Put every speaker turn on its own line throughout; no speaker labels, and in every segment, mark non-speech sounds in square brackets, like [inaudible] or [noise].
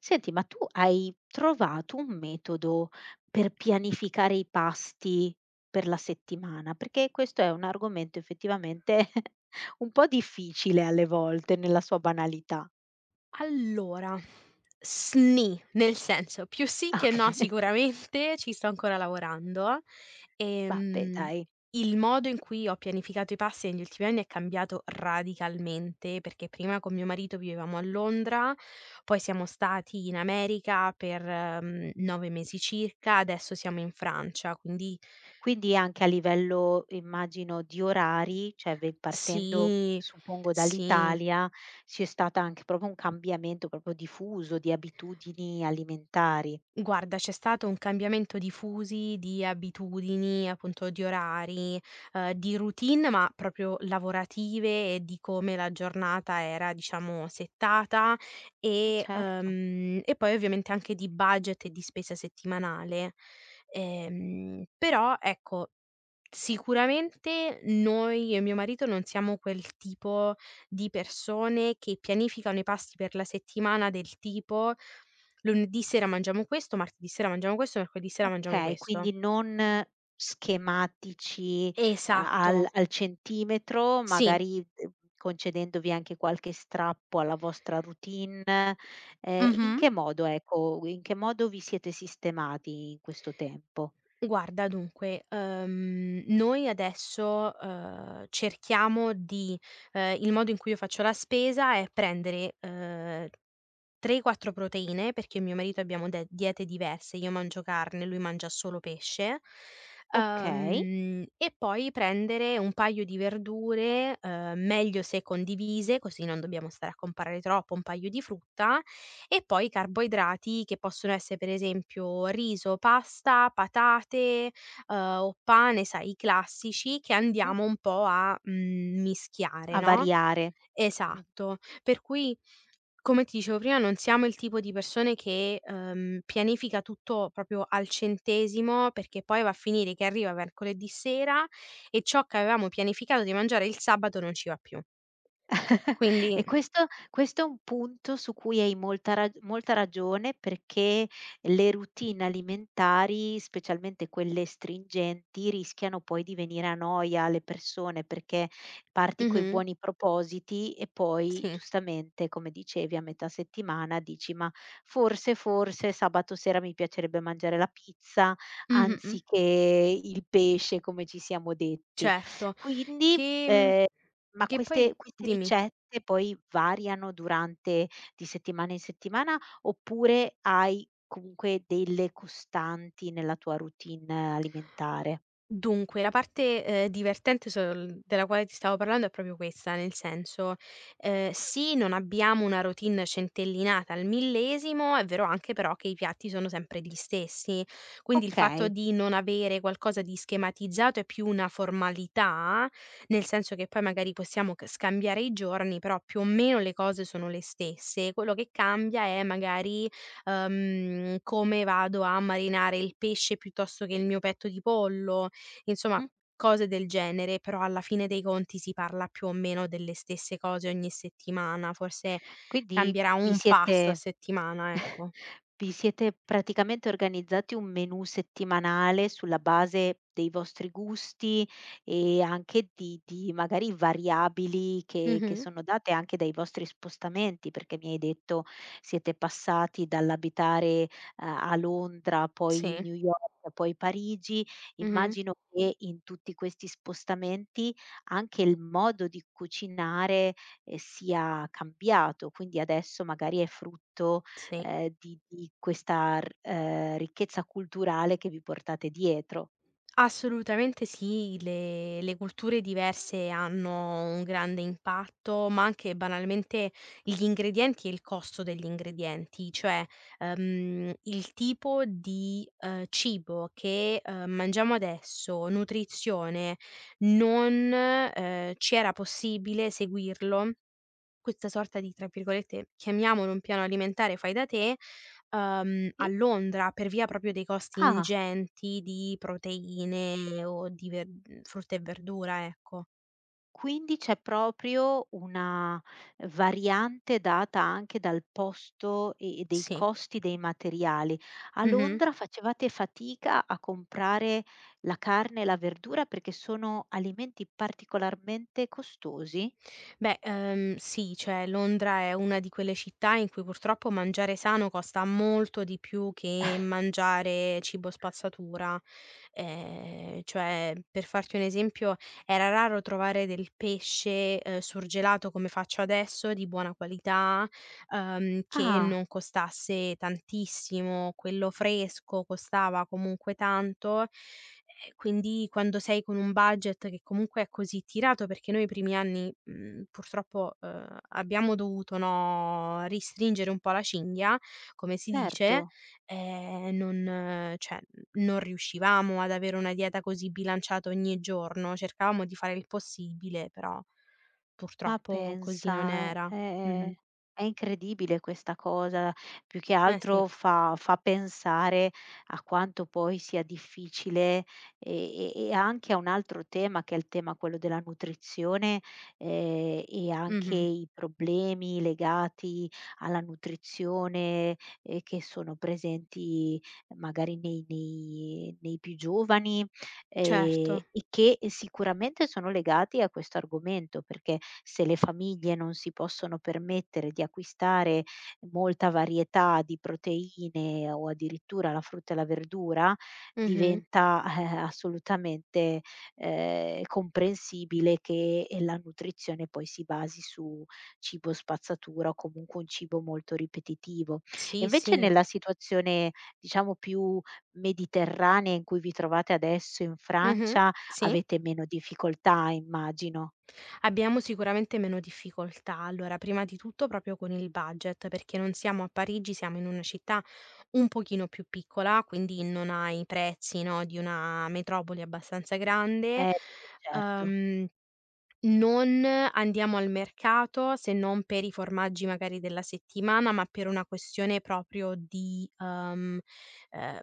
Senti, ma tu hai trovato un metodo per pianificare i pasti per la settimana? Perché questo è un argomento effettivamente [laughs] un po' difficile alle volte nella sua banalità.
Allora, sni, nel senso, più sì che no
Okay, [laughs]
sicuramente, ci sto ancora lavorando.
vabbè
Ehm,
dai.
il modo in cui ho pianificato i passi negli ultimi anni è cambiato radicalmente, perché prima con mio marito vivevamo a Londra, poi siamo stati in America per, 9 mesi circa, adesso siamo in Francia, quindi
Quindi anche a livello immagino di orari, cioè ve partendo
sì,
suppongo
sì.
dall'Italia, c'è stata anche proprio un cambiamento proprio diffuso di abitudini alimentari.
Guarda, c'è stato un cambiamento di fusi, di abitudini, appunto di orari, di routine, ma proprio lavorative e di come la giornata era, diciamo, settata
Eh
e,
certo.
ehm, e poi ovviamente anche di budget e di spesa settimanale. Però ecco, sicuramente noi, io e mio marito, non siamo quel tipo di persone che pianificano i pasti per la settimana del tipo. Lunedì sera mangiamo questo, martedì sera mangiamo questo, mercoledì sera mangiamo
Okay,
questo.
quindi non schematici a
Esatto,
al al centimetro,
sì,
magari, concedendovi anche qualche strappo alla vostra routine.
mh-mh.
In che modo vi siete sistemati in questo tempo?
Guarda dunque, noi adesso, cerchiamo di il modo in cui io faccio la spesa è prendere, 3, 4 proteine, perché io e mio marito abbiamo de diete diverse, io mangio carne, lui mangia solo pesce,
Okay,
e poi prendere un paio di verdure, meglio se condivise, così non dobbiamo stare a comprare troppo, un paio di frutta e poi carboidrati che possono essere per esempio riso, pasta, patate, uhm, o pane, sai, i classici che
mh,
andiamo un po' a, mischiare,
a
no?
variare. [laughs] Mh-mh.
Esatto, per cui come ti dicevo prima, non siamo il tipo di persone che, pianifica tutto proprio al centesimo, perché poi va a finire che arriva mercoledì sera e ciò che avevamo pianificato di mangiare il sabato non ci va più.
[laughs]
Quindi
E questo è un punto su cui hai molta ragione, perché le routine alimentari, specialmente quelle stringenti, rischiano poi di venire a noia alle persone, perché parti coi
mh-mh,
buoni propositi e poi
sì.
giustamente, come dicevi, a metà settimana dici: "Ma forse, forse sabato sera mi piacerebbe mangiare la pizza
Mh-mh,
anziché il pesce come ci siamo detti".
certo.
Quindi,
Che mhmm,
ehm ma
che poi
queste
dimmi.
ricette poi variano durante di settimana in settimana, oppure hai comunque delle costanti nella tua routine alimentare?
Dunque, la parte, divertente sol della quale ti stavo parlando è proprio questa, nel senso, sì, non abbiamo una routine centellinata al millesimo, è vero anche però che i piatti sono sempre gli stessi, quindi il fatto
Okay.
di non avere qualcosa di schematizzato è più una formalità, nel senso che poi magari possiamo c scambiare i giorni, però più o meno le cose sono le stesse. Quello che cambia è magari, come vado a marinare il pesce piuttosto che il mio petto di pollo, insomma,
Mm.
cose del genere, però alla fine dei conti si parla più o meno delle stesse cose ogni settimana, forse
Quindi
cambierà
vi
un pasto a
siete
settimana,
[laughs]
ecco.
vi siete praticamente organizzati un menù settimanale sulla base dei vostri gusti e anche di magari variabili che
Mh-mh.
sono date anche dai vostri spostamenti, perché mi hai detto siete passati dall'abitare a Londra, poi
Sì.
New York, poi Parigi.
Mh-mh.
Immagino che in tutti questi spostamenti anche il modo di cucinare sia cambiato, quindi adesso magari è frutto,
Sì.
di questa r ricchezza culturale che vi portate dietro.
Assolutamente sì, le culture diverse hanno un grande impatto, ma anche banalmente gli ingredienti e il costo degli ingredienti, cioè, il tipo di, cibo che, mangiamo adesso, nutrizione, non, ci era possibile seguirlo, questa sorta di, tra virgolette, chiamiamolo un piano alimentare fai da te, a
Sì.
Londra, per via proprio dei costi
Ah,
ingenti di proteine o di frutta e verdura, ecco.
quindi c'è proprio una variante data anche dal posto e dei
Sì.
costi dei materiali. A
Mh-mh.
Londra facevate fatica a comprare la carne e la verdura perché sono alimenti particolarmente costosi?
Beh, sì, cioè Londra è una di quelle città in cui purtroppo mangiare sano costa molto di più che mangiare cibo spazzatura. Cioè, per farti un esempio, era raro trovare del pesce, surgelato come faccio adesso, di buona qualità, che
Ah,
non costasse tantissimo. Quello fresco costava comunque tanto, e quindi quando sei con un budget che comunque è così tirato, perché noi i primi anni, purtroppo, abbiamo dovuto, no, ristringere un po' la cinghia, come si dice,
certo.
non cioè, non riuscivamo ad avere una dieta così bilanciata ogni giorno, cercavamo di fare il possibile, però
Ma
purtroppo così non
pensa,
era. Mh-mh.
è incredibile questa cosa. Più che
Eh sì.
altro fa pensare a quanto poi sia difficile e anche a un altro tema, che è il tema quello della nutrizione, e anche
Mh-mh.
i problemi legati alla nutrizione, che sono presenti magari nei nei nei più giovani
Certo.
e che sicuramente sono legati a questo argomento, perché se le famiglie non si possono permettere di acquistare molta varietà di proteine o addirittura la frutta e la verdura,
Mh-mh.
diventa, [laughs] assolutamente, comprensibile che, la nutrizione poi si basi su cibo spazzatura o comunque un cibo molto ripetitivo. E
Sì,
invece
sì.
nella situazione, diciamo più mediterranee in cui vi trovate adesso in
Mh-mh.
Francia
Sì.
avete meno difficoltà immagino.
Abbiamo sicuramente meno difficoltà. Allora, prima di tutto proprio con il budget, perché non siamo a Parigi, siamo in una città un pochino più piccola, quindi non ha i prezzi, no, di una metropoli abbastanza grande.
Eh, certo.
Ehm Non andiamo al mercato se non per i formaggi magari della settimana, ma per una questione proprio di, eh,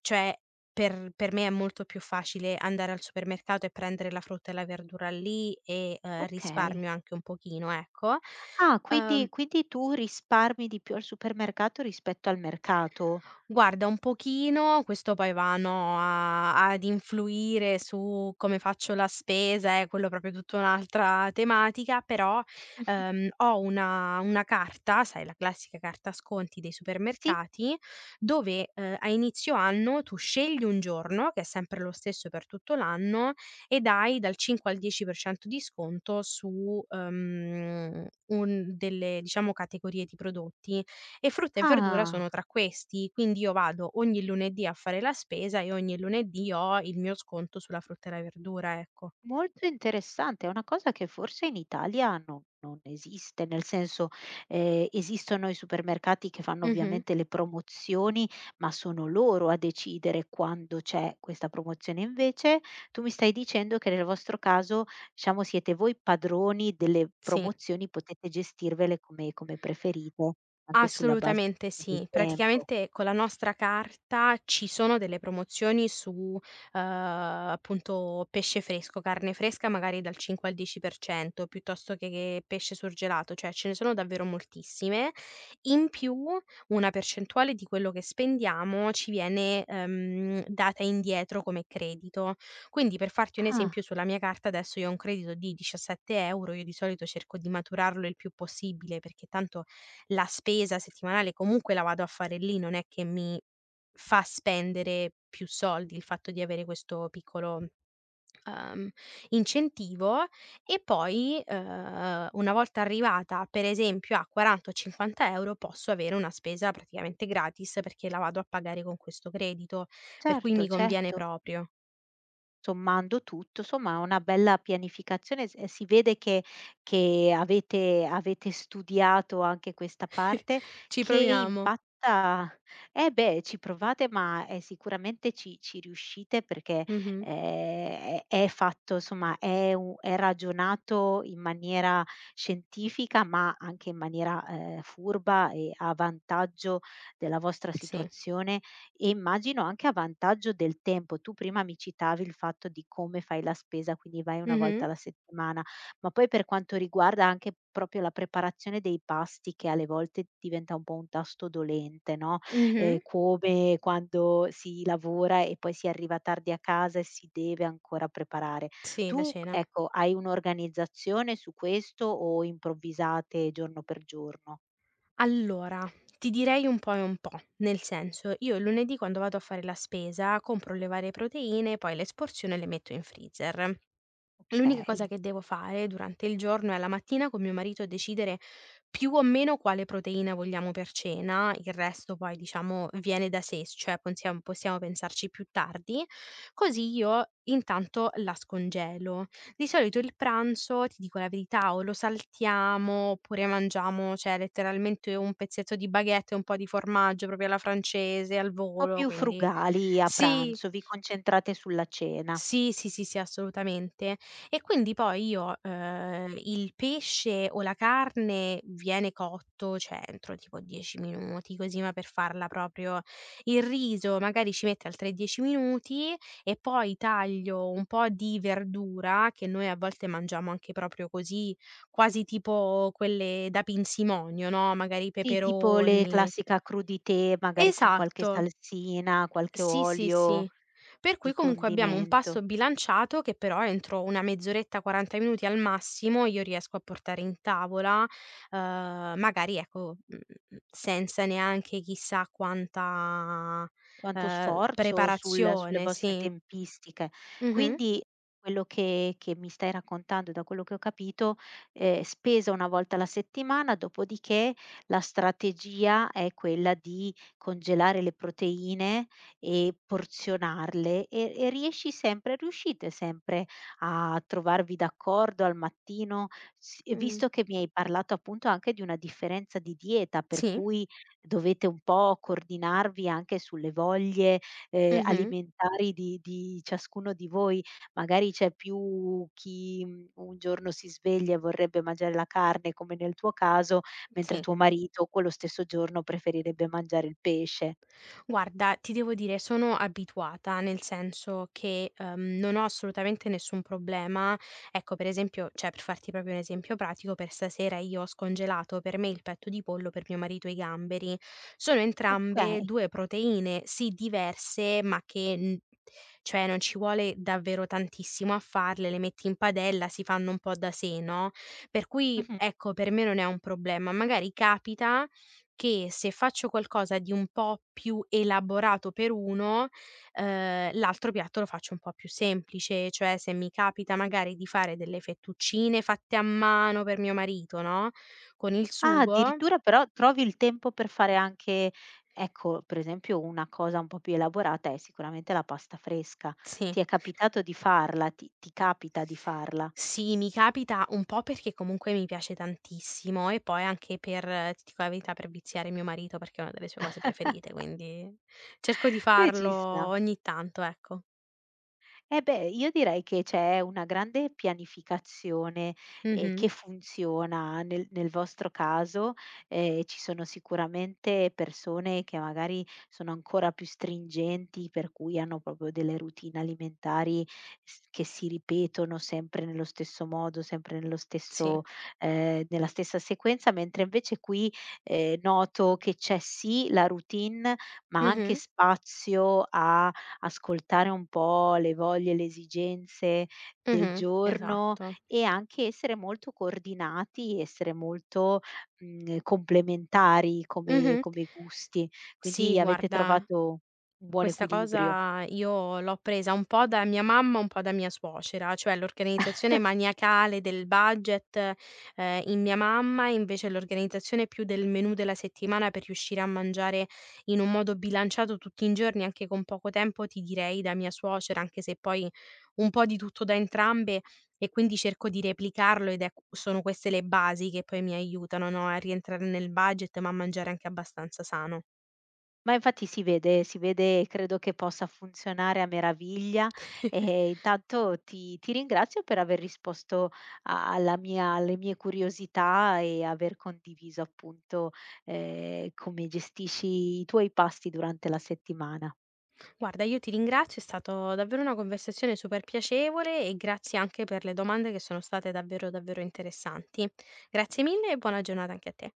cioè per me è molto più facile andare al supermercato e prendere la frutta e la verdura lì e,
Okay.
risparmio anche un pochino, ecco.
Ah,
Uhm
quindi quindi tu risparmi di più al supermercato rispetto al mercato?
Guarda, un pochino, questo poi va, no, a ad influire su come faccio la spesa, quello proprio tutta un'altra tematica, però,
Mh-mh.
ho una carta, sai, la classica carta sconti dei
Sì?
supermercati, dove, a inizio anno tu scegli un giorno, che è sempre lo stesso per tutto l'anno, ed hai dal 5 al 10% di sconto su, un delle, diciamo, categorie di prodotti. E frutta e verdura
Ah.
sono tra questi, quindi io vado ogni lunedì a fare la spesa e ogni lunedì ho il mio sconto sulla frutta e la verdura, ecco.
Molto interessante, è una cosa che forse in Italia non non esiste, nel senso, esistono i supermercati che fanno
Mh-mh.
ovviamente le promozioni, ma sono loro a decidere quando c'è questa promozione. Invece tu mi stai dicendo che nel vostro caso, diciamo, siete voi padroni delle
Sì.
promozioni, potete gestirvele come come preferite, anche sulla base
Assolutamente
del
sì.
tempo.
Praticamente con la nostra carta ci sono delle promozioni su, appunto, pesce fresco, carne fresca, magari dal 5 al 10% piuttosto che pesce surgelato, cioè ce ne sono davvero moltissime. In più, una percentuale di quello che spendiamo ci viene, data indietro come credito. Quindi, per farti un esempio,
Ah,
sulla mia carta adesso io ho un credito di 17 €, io di solito cerco di maturarlo il più possibile perché tanto la spesa settimanale comunque la vado a fare lì, non è che mi fa spendere più soldi il fatto di avere questo piccolo, uhm, incentivo, e poi, una volta arrivata per esempio a 40 o 50 € posso avere una spesa praticamente gratis perché la vado a pagare con questo credito, per cui
certo,
mi conviene
certo.
proprio.
Sommando tutto, somma è una bella pianificazione s e si vede che avete studiato anche questa
[laughs]
parte
Ci
che
proviamo.
impatta eh beh, ci provate ma, sicuramente ci ci riuscite perché,
Mh-mh.
è fatto somma è u è ragionato in maniera scientifica, ma anche in maniera, furba e a vantaggio della vostra
Sì.
situazione e immagino anche a vantaggio del tempo. Tu prima mi citavi il fatto di come fai la spesa, quindi vai 1 volta
Mh-mh.
alla settimana, ma poi per quanto riguarda anche proprio la preparazione dei pasti che alle volte diventa un po' un tasto dolente, no,
Mh-mh.
come quando si lavora e poi si arriva tardi a casa e si deve ancora preparare.
Sì, la
Tu,
cena.
ecco, hai un'organizzazione su questo o improvvisate giorno per giorno?
Allora, ti direi un po' e un po', nel senso, io il lunedì, quando vado a fare la spesa, compro le varie proteine, poi le sporziono e le metto in freezer. L'unica cosa
Okay.
che devo fare durante il giorno è, la mattina, con mio marito, decidere più o meno quale proteina vogliamo per cena, il resto poi diciamo viene da sé, cioè possiamo pensarci più tardi, così io intanto la scongelo. Di solito il pranzo, ti dico la verità, o lo saltiamo oppure mangiamo, cioè, letteralmente, un pezzetto di baguette e un po' di formaggio proprio alla francese, al
Po'
volo,
più
quindi
frugali a
sì.
pranzo, vi concentrate sulla cena.
Sì, sì, sì, sì, assolutamente. E quindi poi io, il pesce o la carne viene cotto, cioè entro tipo 10 minuti, così, ma per farla proprio, il riso magari ci mette altri 10 minuti e poi taglio un po' di verdura, che noi a volte mangiamo anche proprio così, quasi tipo quelle da pinzimonio, no, magari i
Sì, tipo le
peperoni,
classica crudité, magari con qualche
esatto.
salsina, qualche
Sì, sì,
olio
sì. Per cui
di
comunque abbiamo un
condimento.
pasto bilanciato che però entro una mezz'oretta, 40 minuti al massimo, io riesco a portare in tavola, uhm, magari, ecco, senza neanche chissà quanta,
Quanto sforzo sul sulle
preparazione,
vostre
sì.
tempistiche.
Mh-mh,
Quindi quello che mi stai raccontando, da quello che ho capito, spesa 1 volta alla settimana, dopodiché la strategia è quella di congelare le proteine e porzionarle e riesci sempre riuscite sempre a trovarvi d'accordo al mattino? S E
mh,
visto che mi hai parlato appunto anche di una differenza di dieta, per
sì,
cui dovete un po' coordinarvi anche sulle voglie,
mh-mh,
alimentari di ciascuno di voi. Magari c'è più chi, mhmm, un giorno si sveglia e vorrebbe mangiare la carne, come nel tuo caso, mentre
sì.
tuo marito quello stesso giorno preferirebbe mangiare il pesce.
Guarda, ti devo dire, sono abituata, nel senso che, non ho assolutamente nessun problema. Ecco, per esempio, cioè per farti proprio un esempio pratico, per stasera io ho scongelato per me il petto di pollo, per mio marito i gamberi. Sono entrambe
Okay.
2 proteine, sì diverse, ma che n cioè non ci vuole davvero tantissimo a farle, le metti in padella, si fanno un po' da sé, no, per cui,
Mh-mh.
ecco, per me non è un problema. Magari capita che se faccio qualcosa di un po' più elaborato per uno, l'altro piatto lo faccio un po' più semplice, cioè se mi capita magari di fare delle fettuccine fatte a mano per mio marito, no, con il
Ah,
sugo,
addirittura però trovi il tempo per fare anche ecco, per esempio una cosa un po' più elaborata è sicuramente la pasta fresca.
sì.
Ti è capitato di farla? Ti capita di farla?
Sì, mi capita un po', perché comunque mi piace tantissimo, e poi anche per ti dico la verità, per viziare mio marito, perché è una delle sue cose preferite, quindi cerco di
Beh,
farlo
ci sta.
ogni tanto, ecco.
Eh beh, io direi che c'è una grande pianificazione,
Mh-mh.
che funziona nel nel vostro caso, ci sono sicuramente persone che magari sono ancora più stringenti, per cui hanno proprio delle routine alimentari s che si ripetono sempre nello stesso modo, sempre nello
Sì.
stesso nella stessa sequenza, mentre invece qui, noto che c'è sì la routine, ma anche
Mh-mh.
spazio a ascoltare un po' le voglie e le esigenze del
Mh-mh,
giorno
esatto.
e anche essere molto coordinati, essere molto, mhmm, complementari come
Mh-mh.
come gusti.
Sì,
Quindi avete
guarda,
trovato un buon
questa
equilibrio.
cosa io l'ho presa un po' da mia mamma, un po' da mia suocera, cioè l'organizzazione maniacale del budget, in mia mamma, e invece l'organizzazione più del menù della settimana per riuscire a mangiare in un modo bilanciato tutti i giorni, anche con poco tempo, ti direi da mia suocera, anche se poi un po' di tutto da entrambe, e quindi cerco di replicarlo ed è q sono queste le basi che poi mi aiutano, no, a rientrare nel budget, ma a mangiare anche abbastanza sano.
Ma infatti si vede e credo che possa funzionare a meraviglia. E
[laughs]
intanto ti ringrazio per aver risposto a alla mia alle mie curiosità e aver condiviso appunto, come gestisci i tuoi pasti durante la settimana.
Guarda, io ti ringrazio, è stata davvero una conversazione super piacevole, e grazie anche per le domande che sono state davvero, davvero interessanti. Grazie mille e buona giornata anche a te.